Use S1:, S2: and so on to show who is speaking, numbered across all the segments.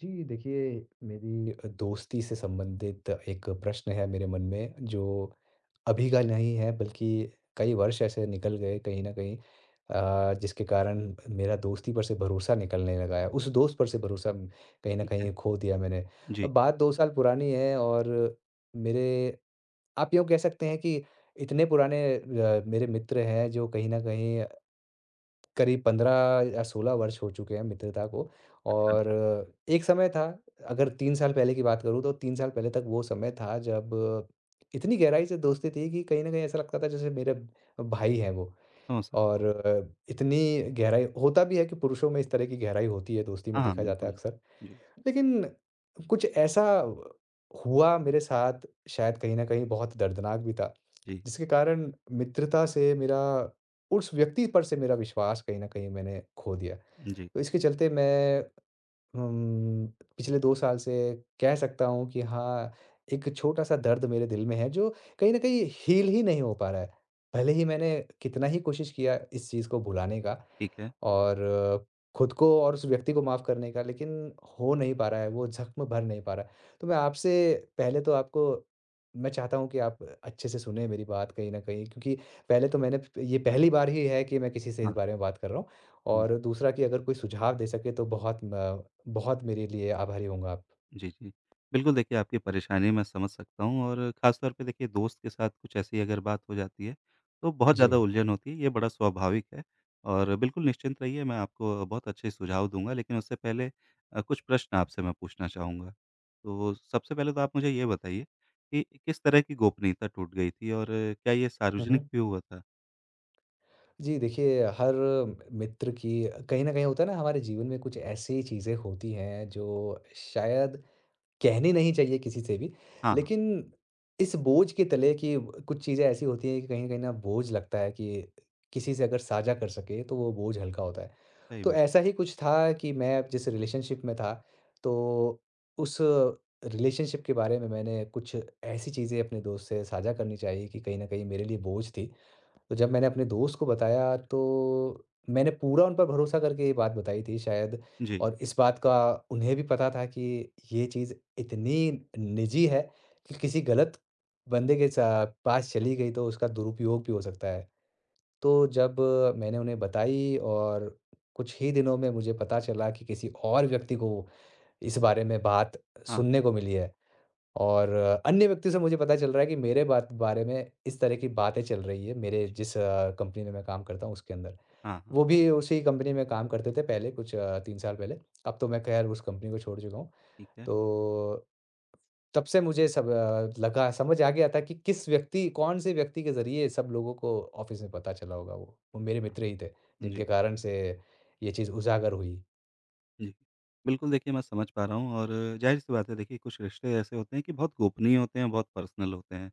S1: जी, देखिए मेरी दोस्ती से संबंधित एक प्रश्न है मेरे मन में, जो अभी का नहीं है बल्कि कई वर्ष ऐसे निकल गए कहीं न कहीं, जिसके कारण मेरा दोस्ती पर से भरोसा निकलने लगा है। उस दोस्त पर से भरोसा कहीं न
S2: ठीक है।
S1: कहीं खो दिया मैंने।
S2: जी,
S1: अब बात 2 साल पुरानी है और मेरे, आप यूँ कह सकते हैं कि इतने पुराने मेरे मित्र हैं, जो कहीं न कहीं करीब 15 या 16 वर्ष हो चुके हैं मित्रता को।
S2: अच्छा,
S1: और एक समय था, अगर 3 साल पहले की बात करूँ तो 3 साल पहले तक वो समय था जब इतनी गहराई से दोस्ती थी कि कहीं न कहीं ऐसा लगता था जैसे मेरे भाई हैं वो।
S2: समझ सकता
S1: और
S2: हूँ।
S1: इतनी गहराई होता भी है कि पुरुषों में इस तरह की गहराई होती है, दोस्ती में
S2: हाँ, हाँ,
S1: देखा जाता
S2: बिल्कुल।
S1: है अक्सर।
S2: जी,
S1: लेकिन कुछ ऐसा हुआ मेरे साथ, शायद कहीं न कहीं बहुत दर्दनाक भी था,
S2: जी,
S1: जिसके कारण मित्रता से मेरा, उस व्यक्ति पर से मेरा विश्वास कहीं न कहीं मैंने खो दिया।
S2: जी,
S1: तो इसके चलते मैं उम, पिछले 2 साल से कह सकता हूँ कि हाँ, एक छोटा-सा दर्द मेरे दिल में है जो कहीं न कहीं हील ही नहीं हो पा रहा है। भले ही मैंने कितना ही कोशिश किया इस चीज़ को भुलाने का
S2: ठीक है।
S1: और खुद को और उस व्यक्ति को माफ़ करने का, लेकिन हो नहीं पा रहा है, वो ज़ख्म भर नहीं पा रहा है। तो मैं आपसे, पहले तो आपको, मैं चाहता हूँ कि आप अच्छे से सुनें मेरी बात कहीं न कहीं, क्योंकि पहले तो मैंने, ये पहली बार ही है कि मैं किसी से
S2: हाँ,
S1: इस बारे में बात कर रहा हूँ।
S2: जी,
S1: और दूसरा कि अगर कोई सुझाव दे सके तो बहुत मेरे लिए आभारी होंगे आप।
S2: जी, जी। बिल्कुल, देखिए, आपकी परेशानी मैं समझ सकता हूँ और ख़ास तौर पे देखिए दोस्त के साथ कुछ ऐसी अगर बात हो जाती है, तो बहुत
S1: जी।
S2: ज़्यादा उलझन होती है, ये बड़ा स्वाभाविक है और बिल्कुल निश्चिंत रहिए, मैं आपको बहुत अच्छे सुझाव दूँगा। लेकिन उससे पहले कुछ प्रश्न आपसे मैं पूछना चाहूँगा। तो सबसे पहले तो आप मुझे ये बताइए कि किस तरह की गोपनीयता टूट गई थी और क्या ये
S1: हुँ,
S2: सार्वजनिक
S1: हुँ।
S2: भी हुआ था?
S1: जी, देखिए हर मित्र की कहीं न कहीं होता है ना, हमारे जीवन में कुछ ऐसी चीज़ें होती हैं जो शायद कहनी नहीं चाहिए किसी से भी,
S2: हाँ, हाँ,
S1: लेकिन इस बोझ के तले कि कुछ चीज़ें ऐसी होती हैं कि कहीं न कहीं ना बोझ लगता है कि किसी से अगर साझा कर सके तो वो बोझ हल्का होता है।
S2: सही
S1: तो
S2: में।
S1: ऐसा ही कुछ था कि मैं जिस रिलेशनशिप में था, तो उस रिलेशनशिप के बारे में मैंने कुछ ऐसी चीज़ें अपने दोस्त से साझा करनी चाहिए कि कहीं न कहीं मेरे लिए बोझ थी। तो जब मैंने अपने दोस्त को बताया, तो मैंने पूरा उन पर भरोसा करके ये बात बताई थी शायद।
S2: जी।
S1: और इस बात का उन्हें भी पता था कि ये चीज़ इतनी निजी है कि किसी गलत बंदे के पास चली गई तो उसका दुरुपयोग भी हो सकता है। तो जब मैंने उन्हें बताई और कुछ ही दिनों में मुझे पता चला कि किसी और व्यक्ति को इस बारे में बात
S2: हाँ।
S1: सुनने को मिली है और अन्य व्यक्ति से मुझे पता चल रहा है कि मेरे बात बारे में इस तरह की बातें चल रही है, मेरे
S2: जी।
S1: जिस कंपनी में मैं काम करता हूँ उसके अंदर।
S2: हाँ, हाँ,
S1: वो भी उसी कंपनी में काम करते थे पहले, कुछ 3 साल पहले। अब तो मैं खैर उस कंपनी को छोड़ चुका हूँ।
S2: ठीक है।
S1: तो तब से मुझे सब लगा, समझ आ गया था कि किस व्यक्ति कौन-से व्यक्ति के ज़रिए सब लोगों को ऑफ़िस में पता चला होगा वो। वो मेरे
S2: हाँ,
S1: मित्र ही थे,
S2: जी,
S1: जिनके कारण से ये चीज़ उजागर हुई।
S2: जी। बिल्कुल देखिए मैं समझ पा रहा हूँ और ज़ाहिर-सी बात है देखिए कुछ रिश्ते ऐसे होते हैं कि बहुत गोपनीय होते हैं, बहुत पर्सनल होते हैं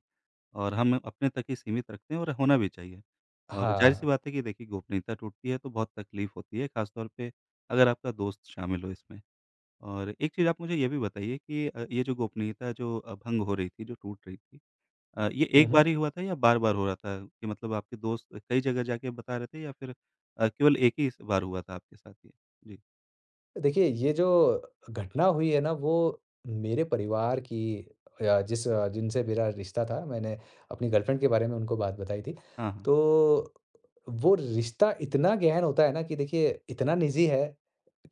S2: और हम अपने तक ही सीमित रखते हैं और होना भी चाहिए। और ज़ाहिर-सी
S1: हाँ।
S2: बात है कि देखिए गोपनीयता टूटती है तो बहुत तकलीफ़ होती है, ख़ास तौर पे अगर आपका दोस्त शामिल हो इसमें। और एक चीज़ आप मुझे ये भी बताइए कि ये जो गोपनीयता जो भंग हो रही थी, जो टूट रही थी, ये
S1: हुँ,
S2: एक बार
S1: हुँ।
S2: ही हुआ था या बार-बार हो रहा था कि मतलब आपके दोस्त कई जगह जाके बता रहे थे या फिर केवल एक ही इस बार हुआ था आपके साथ ये? जी।
S1: देखिए, ये जो घटना हुई है ना, वो मेरे परिवार की, या जिस जिनसे मेरा रिश्ता था, मैंने अपनी गर्लफ्रेंड के बारे में उनको बात बताई थी।
S2: हाँ, हाँ।
S1: तो वो रिश्ता इतना गहन होता है ना, कि देखिए, इतना निजी है,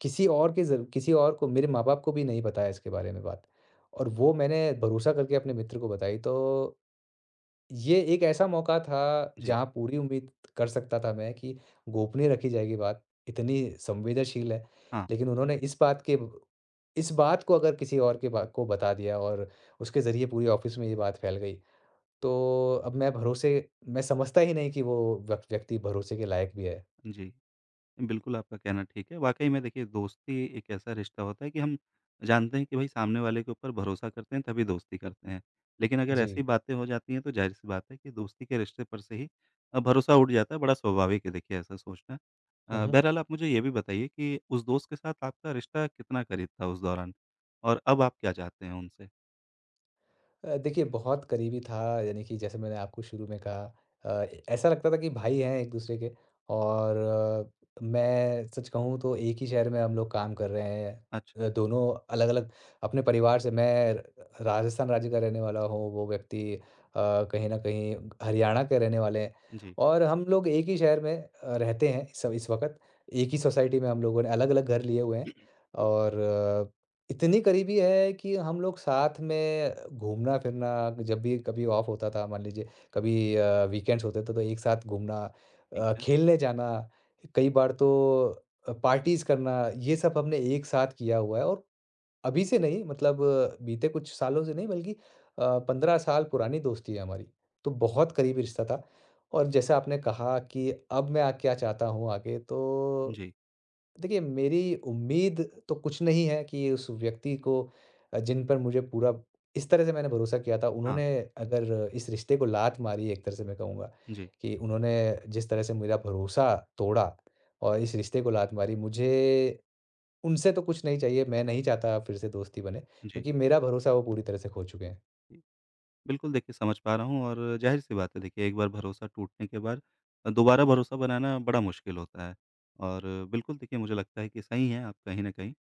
S1: किसी और को, मेरे माँ-बाप को भी नहीं पता है इसके बारे में बात। और वो मैंने भरोसा करके अपने मित्र को बताई, तो ये एक ऐसा मौका था
S2: जी।
S1: जहाँ पूरी उम्मीद कर सकता था मैं कि गोपनीय रखी जाएगी बात, इतनी संवेदनशील है।
S2: हाँ,
S1: लेकिन उन्होंने इस बात को, अगर किसी और के बा को बता दिया और उसके ज़रिए पूरी ऑफ़िस में ये बात फैल गई, तो अब मैं भरोसे मैं समझता ही नहीं कि वो व्यक्ति भरोसे के लायक भी है।
S2: जी। बिल्कुल, आपका कहना ठीक है। वाक़ई में देखिए दोस्ती एक ऐसा रिश्ता होता है कि हम जानते हैं कि भई सामने वाले के ऊपर भरोसा करते हैं तभी दोस्ती करते हैं। लेकिन अगर ऐसी
S1: जी।
S2: बातें हो जाती हैं तो ज़ाहिर-सी बात है कि दोस्ती के रिश्ते पर से ही भरोसा उठ जाता है, बड़ा स्वाभाविक है देखिए ऐसा सोचना।
S1: हुँ, हुँ।
S2: बहरहाल आप मुझे ये भी बताइए कि उस दोस्त के साथ आपका रिश्ता कितना करीब था उस दौरान? और अब आप क्या चाहते हैं उनसे?
S1: देखिए बहुत करीबी था, यानी कि जैसे मैंने आपको शुरू में कहा, अ, ऐसा लगता था कि भाई हैं एक दूसरे के। और मैं सच कहूँ तो एक ही शहर में हम लोग काम कर रहे हैं,
S2: अच्छा,
S1: दोनों अलग-अलग अपने परिवार से। मैं राजस्थान राज्य का रहने वाला हूँ, वो व्यक्ति कहीं ना कहीं हरियाणा के रहने वाले हैं।
S2: जी,
S1: और हम लोग एक ही शहर में रहते हैं सब इस वक्त। एक ही सोसाइटी में हम लोगों ने अलग-अलग घर लिए हुए हैं और इतनी करीबी है कि हम लोग साथ में घूमना-फिरना, जब भी कभी ऑफ होता था, मान लीजिए कभी वीकेंड्स होते थे तो एक साथ घूमना,
S2: ठीक है।
S1: खेलने जाना, कई बार तो पार्टीज़ करना, ये सब हमने एक साथ किया हुआ है। और अभी से नहीं, मतलब बीते कुछ सालों से नहीं बल्कि 15 साल पुरानी दोस्ती है हमारी। तो बहुत करीबी रिश्ता था। और जैसा आपने कहा कि अब मैं क्या चाहता हूँ आगे, तो
S2: जी,
S1: देखिए, मेरी उम्मीद तो कुछ नहीं है कि उस व्यक्ति को, जिन पर मुझे पूरा इस तरह से मैंने भरोसा किया था,
S2: हाँ,
S1: उन्होंने अगर इस रिश्ते को लात मारी, एक तरह से मैं कहूँगा
S2: जी,
S1: कि उन्होंने जिस तरह से मेरा भरोसा तोड़ा और इस रिश्ते को लात मारी, मुझे उनसे तो कुछ नहीं चाहिए। मैं नहीं चाहता फिर से दोस्ती बने,
S2: जी।
S1: क्योंकि मेरा भरोसा वो पूरी तरह से खो चुके हैं।
S2: बिल्कुल, देखिए समझ पा रहा हूँ और ज़ाहिर-सी बात है देखिए एक बार भरोसा टूटने के बाद दोबारा भरोसा बनाना बड़ा मुश्किल होता है। और बिल्कुल देखिए मुझे लगता है कि सही हैं आप कहीं न कहीं।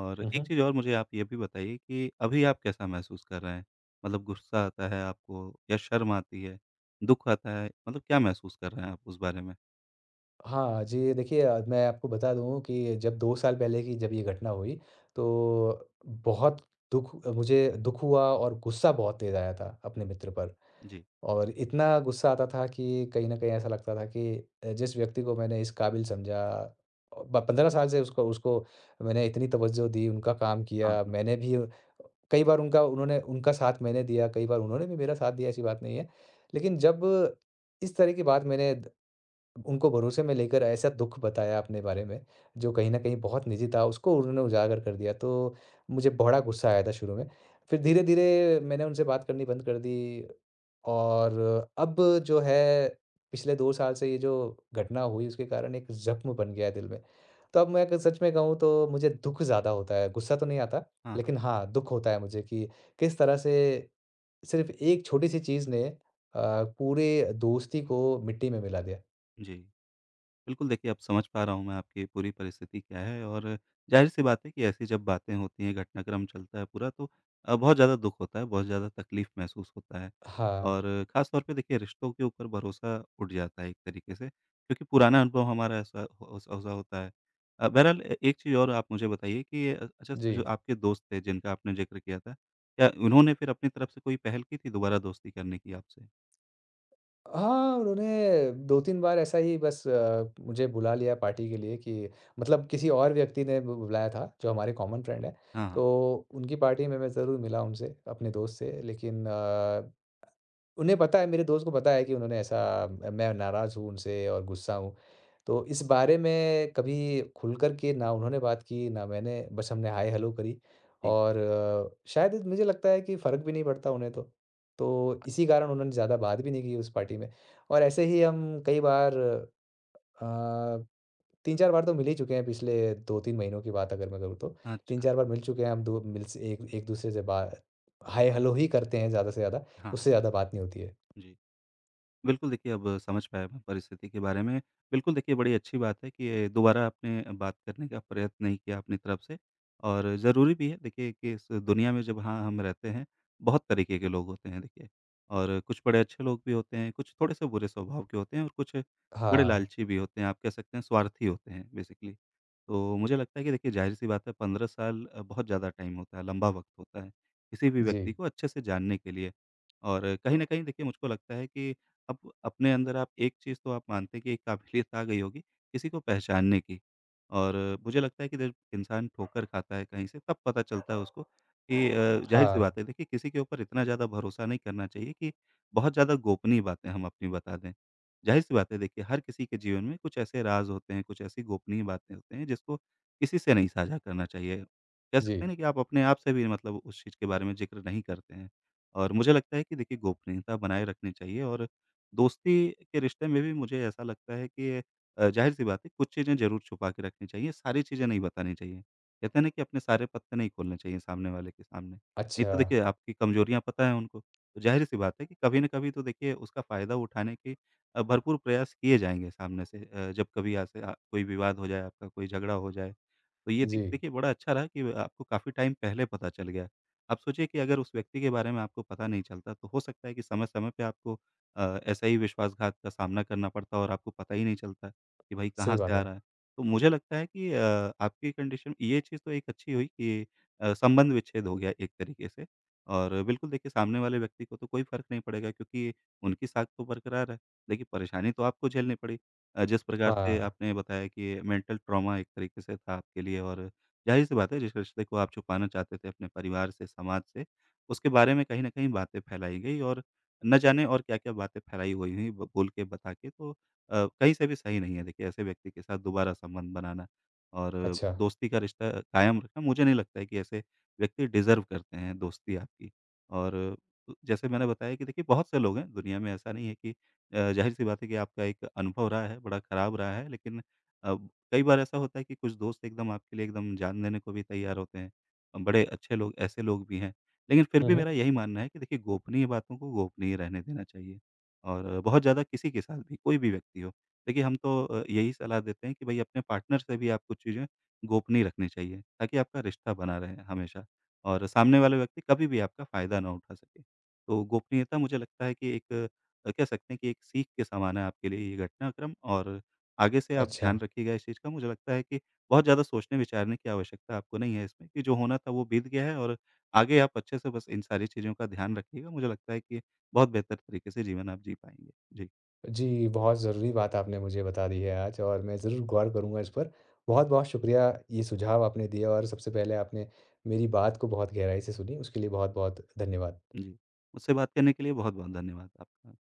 S2: और
S1: हुँ,
S2: एक
S1: हुँ।
S2: चीज़ और मुझे आप ये भी बताइए कि अभी आप कैसा महसूस कर रहे हैं? मतलब गुस्सा आता है आपको या शर्म आती है, दुःख आता है, मतलब क्या महसूस कर रहे हैं आप उस बारे में?
S1: हाँ जी, देखिए मैं आपको बता दूँ कि जब 2 साल पहले की, जब ये घटना हुई, तो बहुत दुःख मुझे दुःख हुआ और गुस्सा बहुत तेज़ आया था अपने मित्र पर।
S2: जी।
S1: और इतना गुस्सा आता था कि कहीं न कहीं ऐसा लगता था कि जिस व्यक्ति को मैंने इस काबिल समझा, अ, ब 15 साल से उसको, मैंने इतनी तवज्जो दी, उनका काम
S2: हाँ,
S1: किया,
S2: हाँ।
S1: मैंने भी कई बार उनका उन्होंने उनका साथ मैंने दिया, कई बार उन्होंने भी मेरा साथ दिया, ऐसी बात नहीं है। लेकिन जब इस तरह की बात मैंने उनको भरोसे में लेकर, ऐसा दुःख बताया अपने बारे में, जो कहीं न कहीं बहुत निजी था, उसको उन्होंने उजागर कर दिया, तो मुझे बड़ा गुस्सा आया था शुरू में। फिर धीरे-धीरे मैंने उनसे बात करनी बंद कर दी। और अब जो है, पिछले 2 साल से ये जो घटना हुई, उसके कारण एक ज़ख्म बन गया है दिल में। तो अब मैं अगर सच में कहूँ तो मुझे दुःख ज़्यादा होता है, गुस्सा तो नहीं आता,
S2: हाँ, हाँ।
S1: लेकिन हाँ, दुःख होता है मुझे कि किस तरह से सिर्फ़ एक छोटी-सी चीज़ ने पूरे दोस्ती को मिट्टी में मिला दिया।
S2: जी। बिल्कुल, देखिए अब समझ पा रहा हूँ मैं आपकी पूरी परिस्थिति क्या है और ज़ाहिर-सी बात है कि ऐसी जब बातें होती हैं, घटनाक्रम चलता है पूरा तो बहुत ज़्यादा दुःख होता है, बहुत ज़्यादा तकलीफ़ महसूस होता है।
S1: हाँ,
S2: और ख़ास तौर पे देखिए रिश्तों के ऊपर भरोसा उठ जाता है एक तरीके से, क्योंकि पुराना अनुभव हमारा ऐसा हो ऐसा ऐसा होता है। बहरहाल ए एक चीज़ और आप मुझे बताइए कि अच्छा
S1: जी।
S2: जो आपके दोस्त थे जिनका आपने ज़िक्र किया था, क्या उन्होंने फिर अपनी तरफ से कोई पहल की थी दोबारा दोस्ती करने की आपसे?
S1: हाँ, उन्होंने 2-3 बार ऐसा ही, बस मुझे बुला लिया पार्टी के लिए, कि मतलब किसी और व्यक्ति ने बु बुलाया था, जो हमारे कॉमन फ्रेंड हैं।
S2: हाँ, हाँ।
S1: तो उनकी पार्टी में मैं ज़रूर मिला उनसे, अपने दोस्त से, लेकिन उन्हें पता है, मेरे दोस्त को पता है कि उन्होंने ऐसा मैं नाराज़ हूँ उनसे और गुस्सा हूँ। तो इस बारे में कभी खुल कर के ना उन्होंने बात की, ना मैंने, बस हमने हाय हेलो करी।
S2: जी।
S1: और शायद मुझे लगता है कि फ़र्क भी नहीं पड़ता उन्हें तो। तो
S2: अ,
S1: इसी कारण उन्होंने ज़्यादा बात भी नहीं की उस पार्टी में। और ऐसे ही हम कई बार अ, 3-4 बार तो मिल ही चुके हैं, पिछले 2-3 महीनों की बात अगर मैं करूँ तो।
S2: अच्छा।
S1: 3-4 बार मिल चुके हैं हम, दो मिल से एक एक-दूसरे से बा हाय हेलो ही करते हैं ज़्यादा से ज़्यादा,
S2: हाँ, हाँ।
S1: उससे ज़्यादा बात नहीं होती है।
S2: जी। बिल्कुल देखिए, अब समझ पाया मैं परिस्थिति के बारे में। बिल्कुल देखिए, बड़ी अच्छी बात है कि ये दोबारा आपने बात करने का प्रयत्न नहीं किया अपनी तरफ से और ज़रूरी भी है देखिए कि इस दुनिया में जब हाँ, हम रहते हैं, बहुत तरीके के लोग होते हैं देखिए और कुछ बड़े अच्छे लोग भी होते हैं, कुछ थोड़े-से बुरे स्वभाव के होते हैं और कुछ बड़े
S1: हाँ,
S2: लालची भी होते हैं, आप कह सकते हैं स्वार्थी होते हैं बेसिकली। तो मुझे लगता है कि देखिए ज़ाहिर-सी बात है 15 साल बहुत ज़्यादा टाइम होता है, लंबा वक़्त होता है, किसी भी
S1: जी।
S2: व्यक्ति को अच्छे से जानने के लिए। और कहीं न कहीं देखिए मुझको लगता है कि अब अपने अंदर आप एक चीज़ तो आप मानते हैं कि एक काबिलियत आ गई होगी, किसी को पहचानने की। और मुझे लगता है कि जब इंसान ठोकर खाता है कहीं से तब पता चलता है उसको कि ज़ाहिर-सी
S1: हाँ,
S2: बात है देखिए किसी के ऊपर इतना ज़्यादा भरोसा नहीं करना चाहिए कि बहुत ज़्यादा गोपनीय बातें हम अपनी बता दें। ज़ाहिर-सी बात है देखिए हर किसी के जीवन में कुछ ऐसे राज़ होते हैं, कुछ ऐसी गोपनीय बातें होते हैं जिसको किसी से नहीं साझा करना चाहिए। कह
S1: जी।
S2: सकते हैं ना कि आप अपने आप से भी मतलब उस चीज़ के बारे में ज़िक्र नहीं करते हैं। और मुझे लगता है कि देखिए गोपनीयता बनाए रखनी चाहिए और दोस्ती के रिश्ते में भी मुझे ऐसा लगता है कि ज़ाहिर-सी बात है कुछ चीज़ें ज़रूर छुपा के रखनी चाहिए, सारी चीज़ें नहीं बतानी चाहिए। कहते हैं ना कि अपने सारे पत्ते नहीं खोलने चाहिए सामने वाले के सामने। नहीं
S1: अच्छा,
S2: तो देखिए आपकी कमजोरियाँ पता है उनको, तो ज़ाहिर-सी बात है कि कभी न कभी तो देखिए उसका फ़ायदा उठाने के भरपूर प्रयास किए जाएँगे सामने से, जब कभी ऐसे कोई विवाद हो जाए आपका, कोई झगड़ा हो जाए। तो ये दे
S1: जी,
S2: देखिए बड़ा अच्छा रहा कि आपको काफ़ी टाइम पहले पता चल गया। आप सोचिए कि अगर उस व्यक्ति के बारे में आपको पता नहीं चलता, तो हो सकता है कि समय-समय पे आपको ऐसा ही विश्वासघात का सामना करना पड़ता है और आपको पता ही नहीं चलता कि भाई कहाँ
S1: सही
S2: से
S1: बात
S2: आ
S1: है।
S2: रहा है। तो मुझे लगता है कि आपकी कंडीशन ये चीज़ तो एक अच्छी हुई कि संबंध विच्छेद हो गया एक तरीके से और बिल्कुल देखिए सामने वाले व्यक्ति को तो कोई फ़र्क नहीं पड़ेगा क्योंकि उनकी साख तो बरकरार है। देखिए परेशानी तो आपको झेलनी पड़ी। जिस प्रकार से
S1: हाँ,
S2: आपने बताया कि मेंटल ट्रॉमा एक तरीके से था आपके लिए और ज़ाहिर-सी बात है जिस रिश्ते को आप छुपाना चाहते थे अपने परिवार से, समाज से, उसके बारे में कहीं न कहीं बातें फैलाई गई और न जाने और क्या-क्या बातें फैलाई हुई हुई ब बोल के, बता के तो कहीं से भी सही नहीं है देखिए ऐसे व्यक्ति के साथ दोबारा संबंध बनाना और
S1: अच्छा।
S2: दोस्ती का रिश्ता कायम रखना। मुझे नहीं लगता है कि ऐसे व्यक्ति डिज़र्व करते हैं दोस्ती आपकी। और जैसे मैंने बताया कि देखिए बहुत से लोग हैं दुनिया में, ऐसा नहीं है कि ज़ाहिर-सी बात है कि आपका एक अनुभव रहा है, बड़ा ख़राब रहा है, लेकिन अब कई बार ऐसा होता है कि कुछ दोस्त एकदम आपके लिए एकदम जान देने को भी तैयार होते हैं। बड़े अच्छे लोग, ऐसे लोग भी हैं। लेकिन फिर
S1: हुँ,
S2: भी
S1: हुँ,
S2: मेरा यही मानना है कि देखिए गोपनीय बातों को गोपनीय रहने देना चाहिए और बहुत ज़्यादा किसी के साथ भी, कोई भी व्यक्ति हो। देखिए हम तो यही सलाह देते हैं कि भई अपने पार्टनर से भी आप कुछ चीज़ें गोपनीय रखनी चाहिए, ताकि आपका रिश्ता बना रहे हमेशा और सामने वाले व्यक्ति कभी भी आपका फ़ायदा ना उठा सके। तो गोपनीयता मुझे लगता है कि एक, कह सकते हैं कि एक सीख के समान है आपके लिए ये घटनाक्रम और आगे से आप
S1: अच्छा।
S2: ध्यान रखिएगा इस चीज़ का। मुझे लगता है कि बहुत ज़्यादा सोचने-विचारने की आवश्यकता आपको नहीं है इसमें कि जो होना था वो बीत गया है और आगे आप अच्छे से बस इन सारी चीज़ों का ध्यान रखिएगा, मुझे लगता है कि बहुत बेहतर तरीके से जीवन आप जी पाएँगे। जी,
S1: जी, बहुत ज़रूरी बात आपने मुझे बता दी है आज और मैं ज़रूर गौर करूँगा इस पर। बहुत-बहुत शुक्रिया ये सुझाव आपने दिया और सबसे पहले आपने मेरी बात को बहुत गहराई से सुनी, उसके लिए बहुत-बहुत धन्यवाद।
S2: जी। मुझसे बात करने के लिए बहुत-बहुत धन्यवाद आपका।